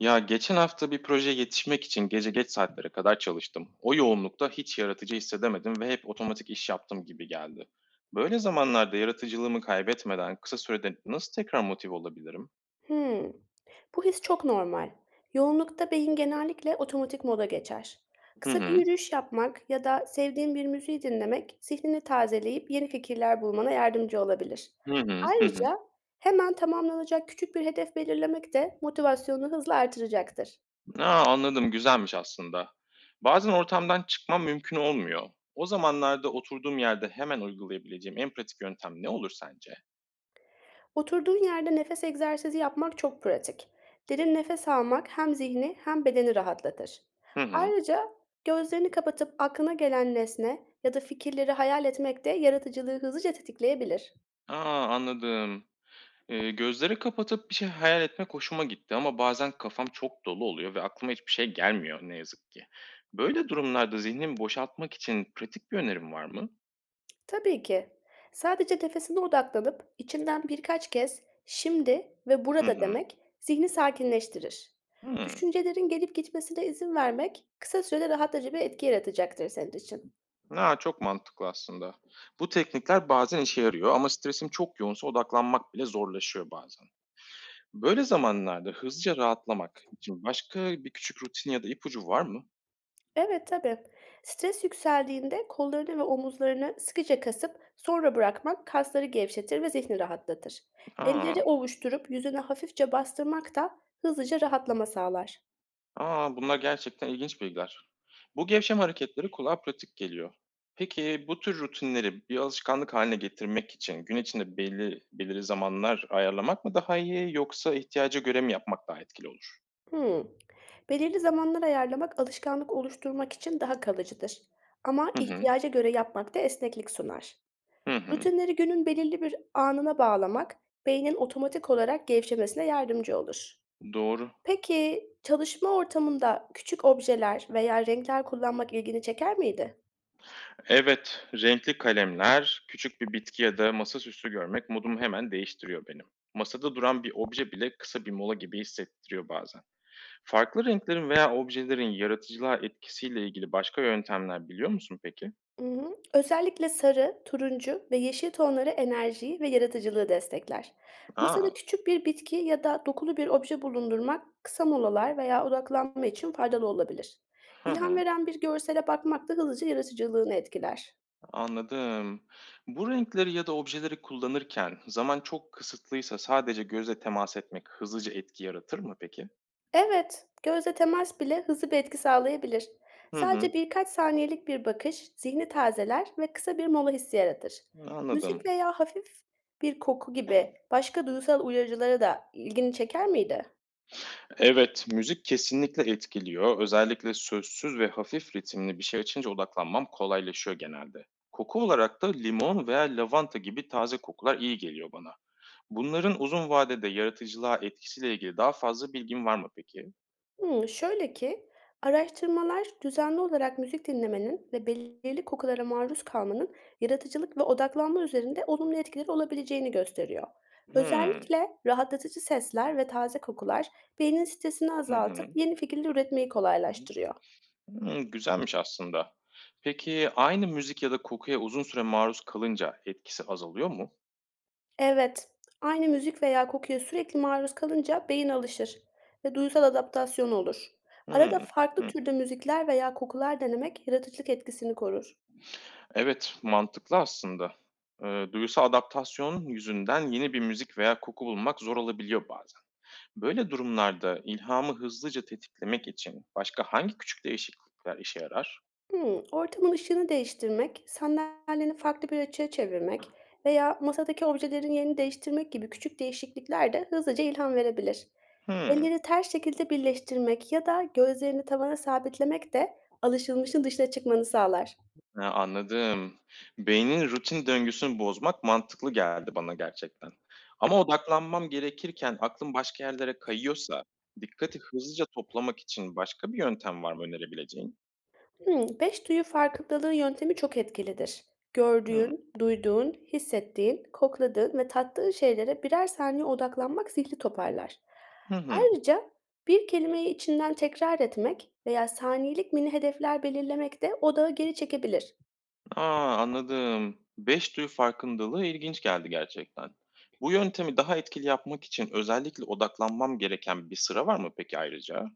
Ya geçen hafta bir projeye yetişmek için gece geç saatlere kadar çalıştım. O yoğunlukta hiç yaratıcı hissedemedim ve hep otomatik iş yaptım gibi geldi. Böyle zamanlarda yaratıcılığımı kaybetmeden kısa sürede nasıl tekrar motive olabilirim? Hmm. Bu his çok normal. Yoğunlukta beyin genellikle otomatik moda geçer. Hı Kısa bir hı, yürüyüş yapmak ya da sevdiğin bir müziği dinlemek zihnini tazeleyip yeni fikirler bulmana yardımcı olabilir. hı hı, hı hı. Ayrıca hemen tamamlanacak küçük bir hedef belirlemek de motivasyonunu hızla artıracaktır. Aa, anladım, güzelmiş aslında. Bazen ortamdan çıkmam mümkün olmuyor. O zamanlarda oturduğum yerde hemen uygulayabileceğim en pratik yöntem ne olur sence? Oturduğun yerde nefes egzersizi yapmak çok pratik. Derin nefes almak hem zihni hem bedeni rahatlatır. Hı hı. Ayrıca gözlerini kapatıp aklına gelen nesne ya da fikirleri hayal etmek de yaratıcılığı hızlıca tetikleyebilir. Aa, anladım. Gözleri kapatıp bir şey hayal etmek hoşuma gitti ama bazen kafam çok dolu oluyor ve aklıma hiçbir şey gelmiyor ne yazık ki. Böyle durumlarda zihnimi boşaltmak için pratik bir önerim var mı? Tabii ki. Sadece nefesine odaklanıp içinden birkaç kez şimdi ve Hı burada hı. demek zihni sakinleştirir. Hımm. Düşüncelerin gelip gitmesine izin vermek kısa sürede rahatlatıcı bir etki yaratacaktır senin için. Ha, çok mantıklı aslında. Bu teknikler bazen işe yarıyor ama stresim çok yoğunsa odaklanmak bile zorlaşıyor bazen. Böyle zamanlarda hızlıca rahatlamak için başka bir küçük rutin ya da ipucu var mı? Evet, tabii. Stres yükseldiğinde kollarını ve omuzlarını sıkıca kasıp sonra bırakmak kasları gevşetir ve zihni rahatlatır. Elleri Aa. ovuşturup yüzüne hafifçe bastırmak da hızlıca rahatlama sağlar. A! Bunlar gerçekten ilginç bilgiler. Bu gevşem hareketleri kulağa pratik geliyor. Peki bu tür rutinleri bir alışkanlık haline getirmek için gün içinde belli belirli zamanlar ayarlamak mı daha iyi yoksa ihtiyaca göre mi yapmak daha etkili olur? Hmm. Belirli zamanlar ayarlamak alışkanlık oluşturmak için daha kalıcıdır. Ama Hı hı. ihtiyaca göre yapmak da esneklik sunar. Hı hı. Rutinleri günün belirli bir anına bağlamak beynin otomatik olarak gevşemesine yardımcı olur. Doğru. Peki, çalışma ortamında küçük objeler veya renkler kullanmak ilgini çeker miydi? Evet, renkli kalemler, küçük bir bitki ya da masaüstü görmek modumu hemen değiştiriyor benim. Masada duran bir obje bile kısa bir mola gibi hissettiriyor bazen. Farklı renklerin veya objelerin yaratıcılığa etkisiyle ilgili başka yöntemler biliyor musun peki? Hı hı. Özellikle sarı, turuncu ve yeşil tonları enerjiyi ve yaratıcılığı destekler. Masada Aa, küçük bir bitki ya da dokulu bir obje bulundurmak kısa molalar veya odaklanma için faydalı olabilir. hı İlham hı, veren bir görsele bakmak da hızlıca yaratıcılığını etkiler. anladım. Bu renkleri ya da objeleri kullanırken zaman çok kısıtlıysa sadece gözle temas etmek hızlıca etki yaratır mı peki? Evet, gözle temas bile hızlı bir etki sağlayabilir. Hı hı, Sadece birkaç saniyelik bir bakış zihni tazeler ve kısa bir mola hissi yaratır. anladım. Müzik veya hafif bir koku gibi başka duysal uyarıcılara da ilgini çeker miydi? Evet, müzik kesinlikle etkiliyor. Özellikle sözsüz ve hafif ritimli bir şey açınca odaklanmam kolaylaşıyor genelde. Koku olarak da limon veya lavanta gibi taze kokular iyi geliyor bana. Bunların uzun vadede yaratıcılığa etkisiyle ilgili daha fazla bilgin var mı peki? Şöyle ki, araştırmalar düzenli olarak müzik dinlemenin ve belirli kokulara maruz kalmanın yaratıcılık ve odaklanma üzerinde olumlu etkileri olabileceğini gösteriyor. Hımm. Özellikle rahatlatıcı sesler ve taze kokular beynin stresini Hı azaltıp hı. yeni fikirler üretmeyi Hı hı. kolaylaştırıyor. Hımm, güzelmiş aslında. Peki aynı müzik ya da kokuya uzun süre maruz kalınca etkisi azalıyor mu? Evet, aynı müzik veya kokuya sürekli maruz kalınca beyin alışır ve duysal adaptasyon olur. Arada Hımm. farklı Hı. türde müzikler veya kokular denemek yaratıcılık etkisini korur. Evet, mantıklı aslında. Duyusal adaptasyon yüzünden yeni bir müzik veya koku bulmak zor olabiliyor bazen. Böyle durumlarda ilhamı hızlıca tetiklemek için başka hangi küçük değişiklikler işe yarar? Ortamın ışığını değiştirmek, sandalyeni farklı bir açıya çevirmek veya masadaki objelerin yerini değiştirmek gibi küçük değişiklikler de hızlıca ilham verebilir. Hımm. Elleri ters şekilde birleştirmek ya da gözlerini tavana sabitlemek de alışılmışın dışına çıkmanı sağlar. Ha, anladım. Beynin rutin döngüsünü bozmak mantıklı geldi bana gerçekten. Ama odaklanmam gerekirken aklım başka yerlere kayıyorsa dikkati hızlıca toplamak için başka bir yöntem var mı önerebileceğin? 5 duyu farkındalığı yöntemi çok etkilidir. Hıı. Gördüğün, duyduğun, hissettiğin, kokladığın ve tattığın şeylere birer saniye odaklanmak zihni toparlar. Hı hı. Ayrıca bir kelimeyi içinden tekrar etmek veya saniyelik mini hedefler belirlemek de odağı geri çekebilir. A, anladım. Beş duyu farkındalığı ilginç geldi gerçekten. Bu yöntemi daha etkili yapmak için özellikle odaklanmam gereken bir sıra var mı peki ayrıca?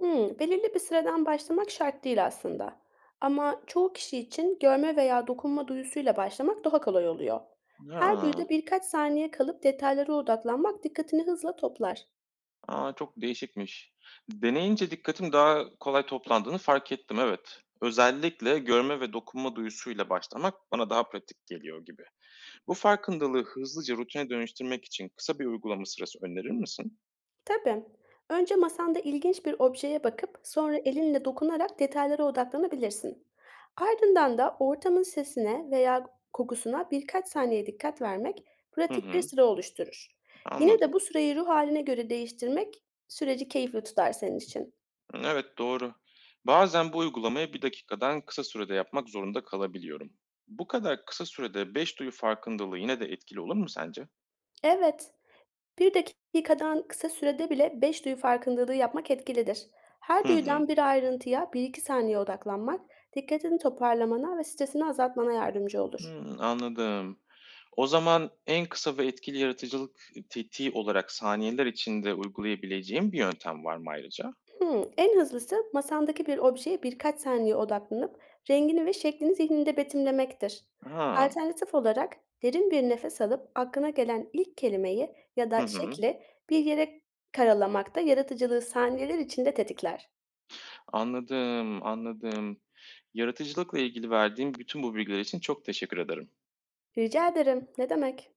Belirli bir sıradan başlamak şart değil aslında. Ama çoğu kişi için görme veya dokunma duyusuyla başlamak daha kolay oluyor. Ha. Her duyuda birkaç saniye kalıp detaylara odaklanmak dikkatini hızla toplar. A, çok değişikmiş. Deneyince dikkatim daha kolay toplandığını fark ettim, evet. Özellikle görme ve dokunma duyusuyla başlamak bana daha pratik geliyor gibi. Bu farkındalığı hızlıca rutine dönüştürmek için kısa bir uygulama sırası önerir misin? Tabii. Önce masanda ilginç bir objeye bakıp sonra elinle dokunarak detaylara odaklanabilirsin. Ardından da ortamın sesine veya kokusuna birkaç saniye dikkat vermek Hı pratik bir hı, sıra oluşturur. Yine de anladım. bu süreyi ruh haline göre değiştirmek süreci keyifli tutar senin için. Evet, doğru. Bazen bu uygulamayı bir dakikadan kısa sürede yapmak zorunda kalabiliyorum. Bu kadar kısa sürede 5 duyu farkındalığı yine de etkili olur mu sence? Evet, bir dakikadan kısa sürede bile beş duyu farkındalığı yapmak etkilidir. Her Hı hı. duyudan bir ayrıntıya bir iki saniye odaklanmak dikkatini toparlamana ve stresini azaltmana yardımcı olur. Hımm, anladım. O zaman en kısa ve etkili yaratıcılık tetiği olarak saniyeler içinde uygulayabileceğim bir yöntem var mı ayrıca? Hımm. En hızlısı masandaki bir objeye birkaç saniye odaklanıp rengini ve şeklini zihninde betimlemektir. Ha. Alternatif olarak derin bir nefes alıp aklına gelen ilk kelimeyi ya Hı da hı. şekli bir yere karalamak da yaratıcılığı saniyeler içinde tetikler. Anladım, anladım. Yaratıcılıkla ilgili verdiğim bütün bu bilgiler için çok teşekkür ederim. Rica ederim, ne demek.